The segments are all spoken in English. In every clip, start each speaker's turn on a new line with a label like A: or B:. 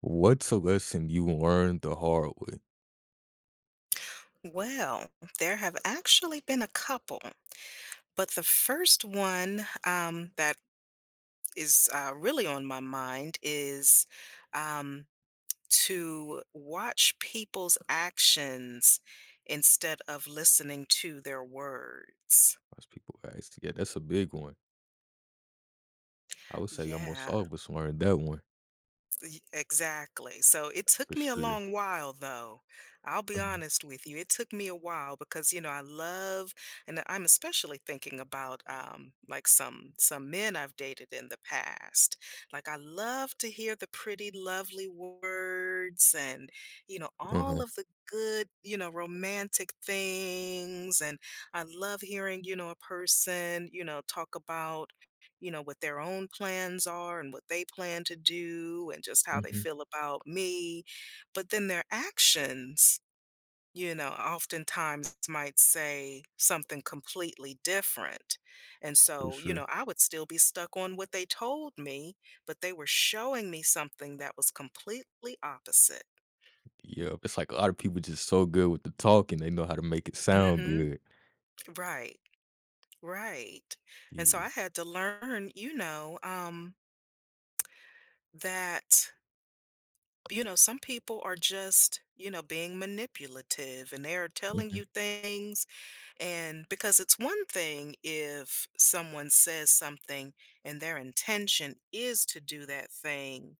A: What's a lesson you learned the hard way?
B: Well, there have actually been a couple, but the first one that is really on my mind is um, to watch people's actions instead of listening to their words.
A: Most people ask. Yeah, that's a big one. I would say almost
B: Yeah.
A: all of us learned that one
B: Exactly. So it
A: for
B: took me a
A: sure.
B: long while, though. I'll be
A: Mhm,
B: honest with you. It took me a while because, you know, I love, and I'm especially thinking about like some men I've dated in the past. Like I love to hear the pretty, lovely words, and you know, all
A: mhm,
B: of the good, you know, romantic things. And I love hearing, you know, a person, you know, talk about you know, what their own plans are and what they plan to do and just how they
A: mhm,
B: feel about me. But then their actions, you know, oftentimes might say something completely different. And
A: for
B: so, you
A: sure.
B: know, I would still be stuck on what they told me, but they were showing me something that was completely opposite.
A: Yeah, it's like a lot of people just so good with the talk and they know how to make it sound
B: Hmm.
A: good.
B: Right. Right. And so
A: Yeah.
B: I had to learn, you know, that you know, some people are just, you know, being manipulative and they're telling
A: Mhm,
B: you things. And because it's one thing if someone says something and their intention is to do that thing,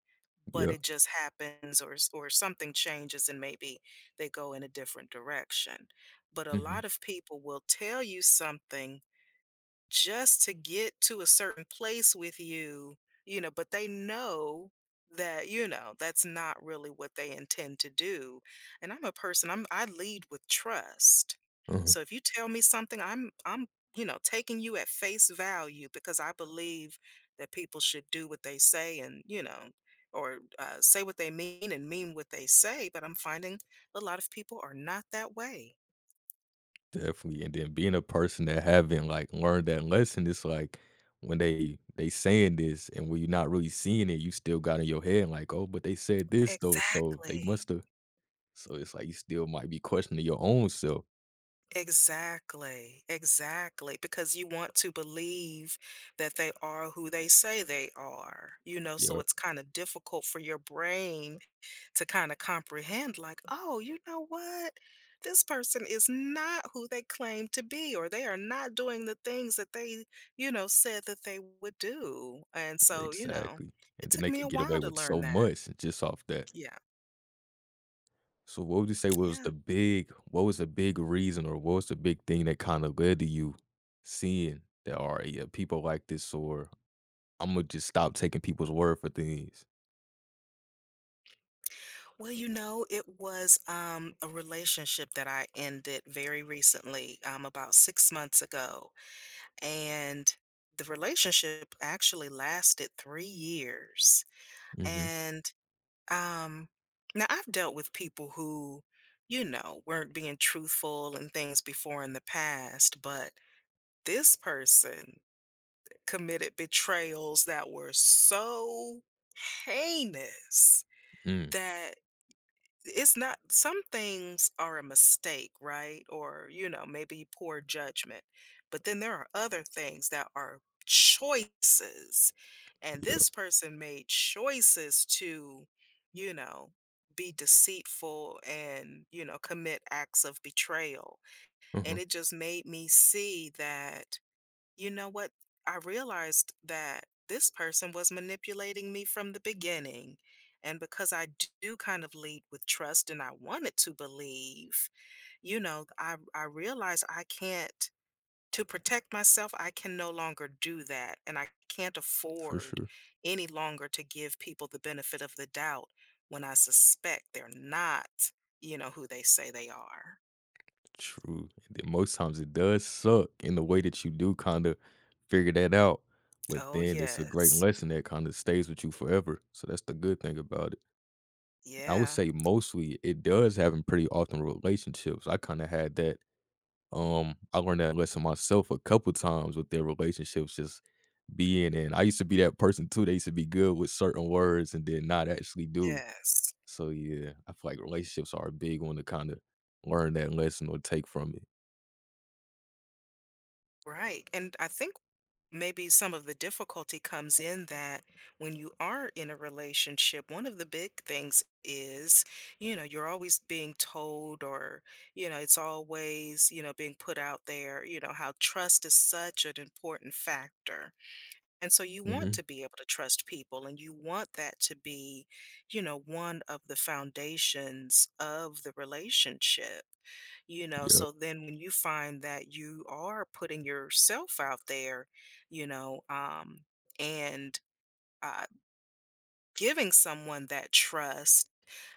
B: but
A: yeah.
B: it just happens or something changes and maybe they go in a different direction. But a
A: Mhm,
B: lot of people will tell you something just to get to a certain place with you, you know, but they know that, you know, that's not really what they intend to do. And I'm a person, I lead with trust.
A: mhm,
B: So if you tell me something, you know, taking you at face value because I believe that people should do what they say and, you know, or say what they mean and mean what they say, but I'm finding a lot of people are not that way.
A: definitely. And then being a person that haven't like learned that lesson, it's like when they saying this and when you're not really seeing it, you still got in your head like, oh, but they said this though, so they
B: Exactly,
A: must have So it's like you still might be questioning your own self.
B: exactly, exactly, because you want to believe that they are who they say they are, you know, so
A: Yeah,
B: it's kind of difficult for your brain to kind of comprehend like oh you know what, this person is not who they claim to be or they are not doing the things that they you know said that they would do and so you know
A: exactly.
B: it
A: And then
B: took
A: they
B: me a
A: could get away
B: while to
A: with
B: learn
A: so
B: that.
A: much just off that.
B: Yeah.
A: So what would you say was
B: Yeah,
A: the big what was the big reason or what was the big thing that kind of led to you seeing that are, yeah, people like this, or I'm gonna just stop taking people's word for things.
B: well you know it was a relationship that I ended very recently about 6 months ago, and the relationship actually lasted 3 years.
A: Mm-hmm.
B: And Um, now I've dealt with people who, you know, weren't being truthful and things before in the past, but this person committed betrayals that were so heinous
A: Mm.
B: that it's not, some things are a mistake, right, or you know maybe poor judgment, but then there are other things that are choices, and
A: Yeah.
B: this person made choices to you know be deceitful and you know commit acts of betrayal,
A: Uh-huh.
B: and it just made me see that you know what? I realized that this person was manipulating me from the beginning. And because do kind of lead with trust and I wanted to believe, you know, I realized I can't, to protect myself, I can no longer do that. And I can't
A: For
B: afford
A: sure.
B: any longer to give people the benefit of the doubt when I suspect they're not, you know, who they say they are.
A: True. And then most times it does suck in the way that you do kinda figure that out, but
B: Oh,
A: then it's a great
B: yes.
A: lesson that kinda stays with you forever, so that's the good thing about it. I would
B: Yeah.
A: say mostly it does happen pretty often in relationships. I kinda had that, I learned that lesson myself a couple times with their relationships just being in. I used to be that person too. They used to be good with certain words and then not actually do.
B: Yes.
A: So, yeah, I feel like relationships are a big one to kinda learn that lesson or take from it.
B: Right. And I think maybe some of the difficulty comes in that when you are in a relationship, one of the big things is, you know, you're always being told, or, you know, it's always, you know, being put out there, you know, how trust is such an important factor and so you want
A: Mhm.
B: to be able to trust people and you want that to be, you know, one of the foundations of the relationship. You know,
A: Yep.
B: so then when you find that you are putting yourself out there, you know, and uh, giving someone that trust,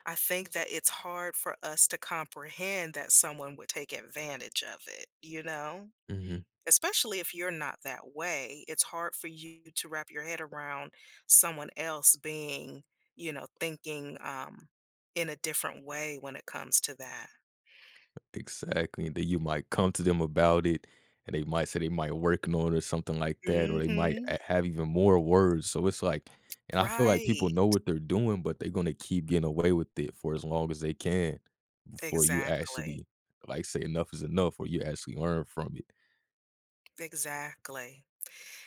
B: I think that it's hard for us to comprehend that someone would take advantage of it, you know?
A: Mhm.
B: Especially if you're not that way, it's hard for you to wrap your head around someone else being, you know, thinking in a different way when it comes to that.
A: Exactly, that you might come to them about it, and they might working on it or something like that, or they might
B: hmm
A: a have even more words, so it's like, and I feel like people
B: Right.
A: know what they're doing, but they're gonna keep getting away with it for as long as they can before you
B: Exactly.
A: actually, like, say enough is enough or you actually learn from it.
B: Exactly.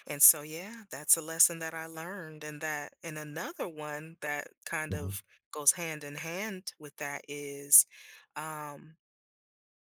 B: And so, yeah, that's a lesson that I learned. And that, and another one that kind
A: Mhm.
B: of goes hand in hand with that is, um,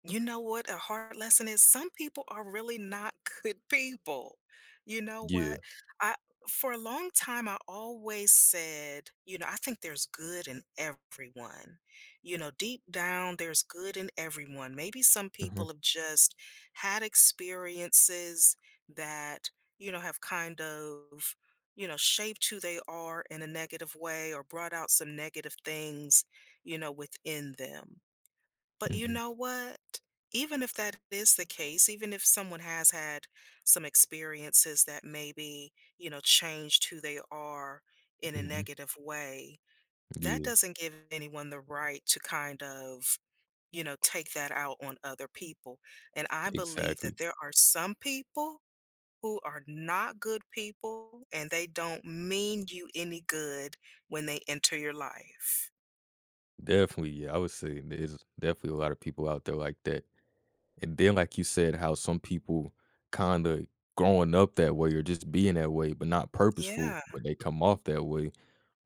B: you know what a hard lesson is? Some people are really not good people. You know
A: Yeah.
B: what? I For a long time I always said, you know, I think there's good in everyone. You know, deep down there's good in everyone. Maybe some
A: Mhm,
B: people have just had experiences that, you know, have kind of, you know, shaped who they are in a negative way or brought out some negative things, you know, within them, but you
A: mhm,
B: know what? Even if that is the case, even if someone has had some experiences that maybe, you know, changed who they are in a
A: mhm.
B: negative way, that
A: Yeah,
B: doesn't give anyone the right to kind of, you know, take that out on other people. And I believe
A: exactly.
B: that there are some people who are not good people and they don't mean you any good when they enter your life.
A: Definitely, yeah, I would say there's definitely a lot of people out there like that. And then, like you said, how some people kind of growing up that way or just being that way, but not purposeful,
B: Yeah.
A: but they come off that way.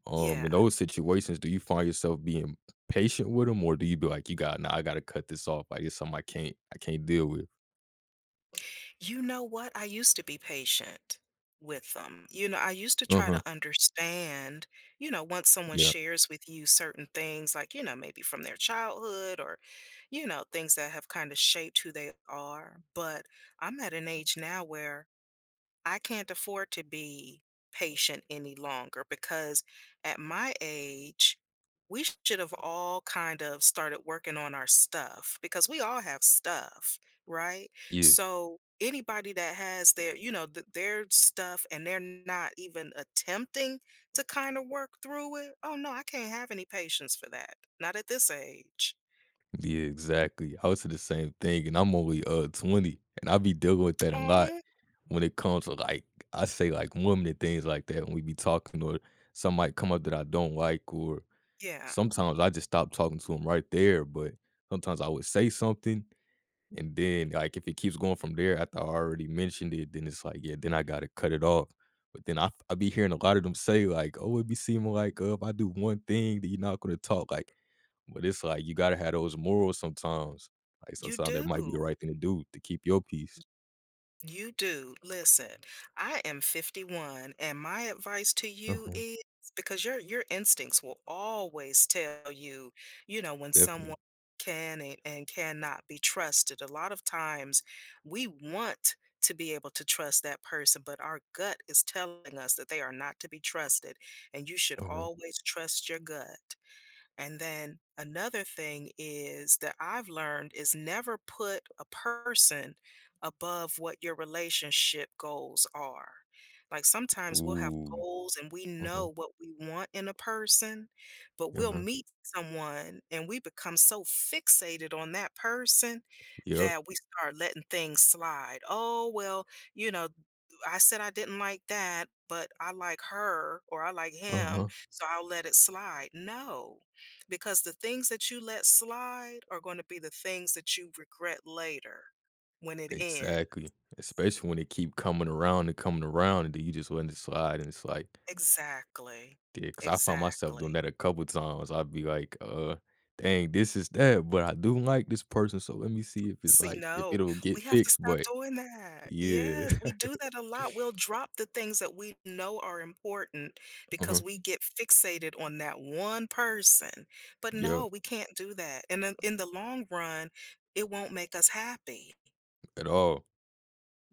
A: In
B: Yeah.
A: those situations, do you find yourself being patient with them, or do you be like, you got, nah, I gotta cut this off? Like, it's something I can't deal with.
B: You know what? I used to be patient with them. You know, I used to
A: Uh
B: try
A: huh.
B: to understand, you know, once someone
A: Yeah.
B: shares with you certain things, like, you know, maybe from their childhood or, you know, things that have kind of shaped who they are. But I'm at an age now where I can't afford to be patient any longer because at my age, we should have all kind of started working on our stuff because we all have stuff, right?
A: Yeah.
B: So anybody that has their, you know, their stuff and they're not even attempting to kind of work through it, oh no, I can't have any patience for that. Not at this age.
A: Yeah. Exactly. I would say the same thing, and I'm only 20, and I be dealing with that a lot
B: Oh,
A: when it comes to like, I say like women and things like that. When we be talking, or some might come up that I don't like, or
B: yeah,
A: sometimes I just stop talking to him right there, but sometimes I would say something, and then, like, if it keeps going from there after I already mentioned it, then it's like, yeah, then I gotta cut it off. But then I be hearing a lot of them say, like, "Oh, it be seeming like, if I do one thing, then you're not gonna talk," like, but it's like, you gotta have those morals sometimes. Like,
B: you
A: sometimes that might be the
B: do.
A: right thing to do to keep your peace.
B: You do. Listen, I am 51, and my advice to you
A: Uh-huh.
B: is because your instincts will always tell you, you know, when
A: Definitely.
B: someone can and cannot be trusted. A lot of times we want to be able to trust that person, but our gut is telling us that they are not to be trusted, and you should
A: Uh-huh.
B: always trust your gut. And then another thing is that I've learned is never put a person above what your relationship goals are. Like sometimes we'll have
A: Ooh.
B: goals and we
A: Uh-huh.
B: know what we want in a person, but we'll
A: Uh-huh.
B: meet someone and we become so fixated on that person
A: Yep.
B: that we start letting things slide. Oh, well, you know, I said I didn't like that, but I like her or I like him,
A: Uh-huh.
B: so I'll let it slide. No, because the things that you let slide are going to be the things that you regret later when it ends.
A: Exactly, especially when it keep coming around, and then you just letting it slide, and it's like,
B: Exactly.
A: yeah, cause I found myself doing
B: Exactly.
A: that a couple times. I'd be like, dang, this is that, but I do like this person, so let me see if it's
B: See,
A: like if
B: no,
A: it'll
B: we
A: get
B: have to
A: fixed,"
B: stop
A: but
B: doing that.
A: yeah,
B: Yes, we do that a lot. We'll drop the things that we know are important
A: uh-huh,
B: because we get fixated on that one person. But
A: yep,
B: no, we can't do that. And in the long run, it won't make us happy.
A: at all.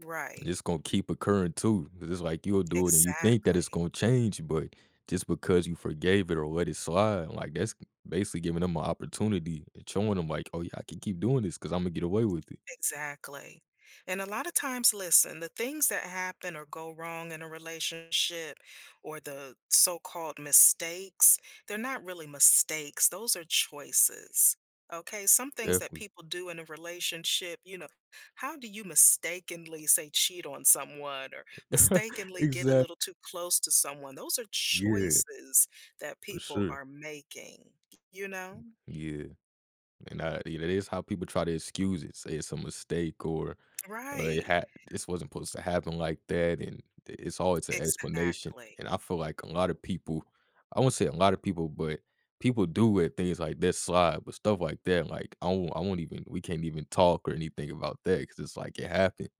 B: Right.
A: It's gonna keep occurring too, 'cause it's like you'll do it and you think that it's
B: Exactly.
A: gonna change, but just because you forgave it or let it slide, like, that's basically giving them an opportunity and showing them like, "Oh yeah, I can keep doing this because I 'cause Imma get away with it."
B: Exactly. And a lot of times, listen, the things that happen or go wrong in a relationship or the so called mistakes, they're not really mistakes. Those are choices. Okay. Some things that
A: Definitely.
B: people do in a relationship, you know, how do you mistakenly say cheat on someone or mistakenly get a
A: Exactly.
B: little too close to someone? Those are
A: Yeah,
B: choices that
A: for
B: people
A: sure.
B: are making, you know?
A: Yeah, and I yeah, that is how people try to excuse it, say it's a mistake or, it
B: Right.
A: had this wasn't supposed to happen like that, and I it's always an explanation,
B: Exactly.
A: and I feel like a lot of people, I won't say a lot of people, but people do let things like that slide, but stuff like that, like, I won't even we can't even talk or anything about that because it's like it happened.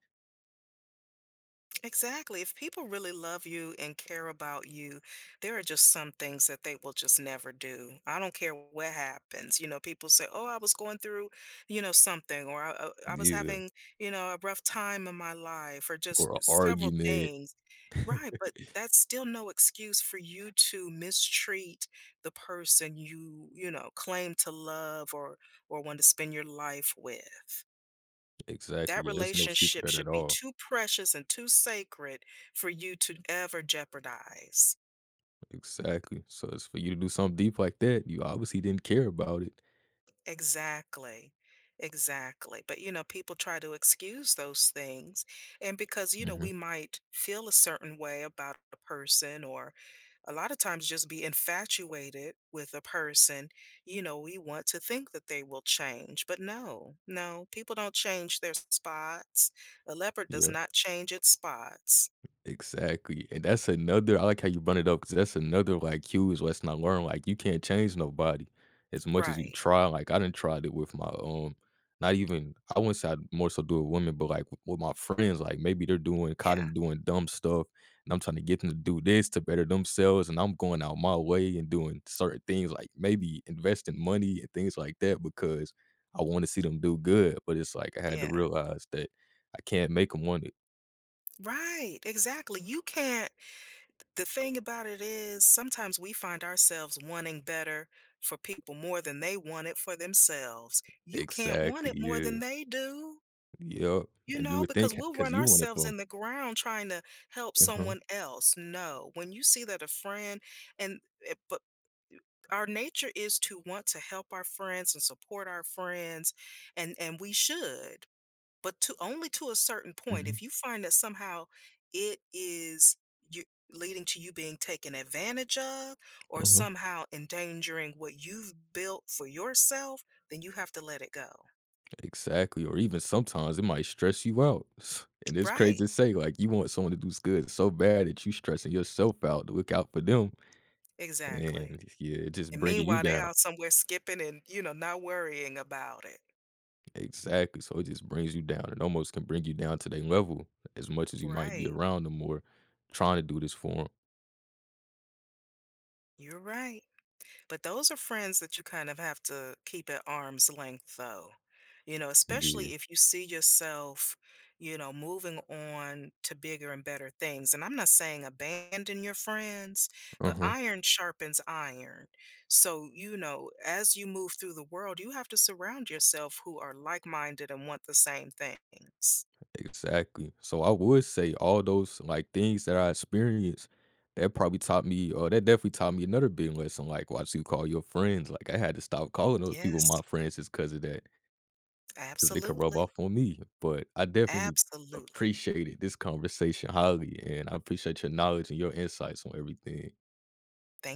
B: Exactly. If people really love you and care about you, there are just some things that they will just never do. I don't care what happens. You know, people say, "Oh, I was going through, you know, something," or I was
A: Yeah,
B: having, you know, a rough time in my life," or just
A: or an
B: several
A: argument.
B: things. Right, but that's still no excuse for you to mistreat the person you, you know, claim to love or want to spend your life with.
A: Exactly,
B: That
A: yeah, there's no excuse for
B: relationship
A: that at
B: should be
A: all.
B: too precious and too sacred for you to ever jeopardize.
A: Exactly. So it's for you to do something deep like that, you obviously didn't care about it.
B: Exactly. Exactly. But, you know, people try to excuse those things. And because, you know,
A: Mhm.
B: we might feel a certain way about a person or a lot of times just be infatuated with a person, you know, we want to think that they will change. But no, no, people don't change their spots. A leopard does
A: Yeah.
B: not change its spots.
A: Exactly, and that's another I like how you brought it up because that's another, like, cue is let's not learn, like, you can't change nobody as much as you
B: Right.
A: try, like, I didn't try it with my, not even, I wouldn't say I more so do it with women, but, like, with my friends, like, maybe they're doing caught
B: Yeah.
A: in doing dumb stuff, and I'm trying to get them to do this to better themselves, and I'm going out my way and doing certain things, like, maybe investing money and things like that because I wanna see them do good, but it's like I had to
B: Yeah.
A: realize that I can't make them want it.
B: Right, exactly. You can't The thing about it is sometimes we find ourselves wanting better for people more than they want it for themselves. You can't want
A: Exactly,
B: it more
A: yeah.
B: than they do,
A: Yep,
B: you
A: and you
B: know,
A: would
B: because
A: think
B: we'll
A: because
B: run
A: you want it
B: ourselves
A: from.
B: in the ground trying to help
A: Mhm,
B: someone else. No, when you see that a friend and eh, but our nature is to want to help our friends and support our friends and we should but to only to a certain point. If
A: mhm,
B: you find that somehow it is you leading to you being taken advantage of or
A: mhm,
B: somehow endangering what you've built for yourself, then you have to let it go.
A: exactly, or even sometimes it might stress you out, and it's crazy
B: Right.
A: to say, like, you want someone to do good so bad that you stressing yourself out to look out for them,
B: Exactly.
A: and yeah, it just
B: And
A: bringing you
B: meanwhile, they
A: down.
B: out somewhere skipping and, you know, not worrying about it.
A: Exactly, so it just brings you down, it almost can bring you down to their level as much as you might be
B: Right.
A: around them or trying to do this for them.
B: You're right. But those are friends that you kind of have to keep at arm's length, though. You know,
A: Yeah,
B: especially if you see yourself, you know, moving on to bigger and better things. And I'm not saying abandon your friends, but
A: uh-huh.
B: iron sharpens iron. So, you know, as you move through the world, you have to surround yourself who are like minded and want the same things.
A: Exactly. So I would say all those like things that I experienced, that probably taught me, or that definitely taught me another big lesson. Like, what you call your friends. Like, I had to stop calling those people
B: Yes,
A: my friends just because of that, because it could rub off
B: absolutely.
A: on me. But I definitely
B: Absolutely.
A: appreciated this conversation highly, and I appreciate your knowledge and your insights on everything.
B: Thank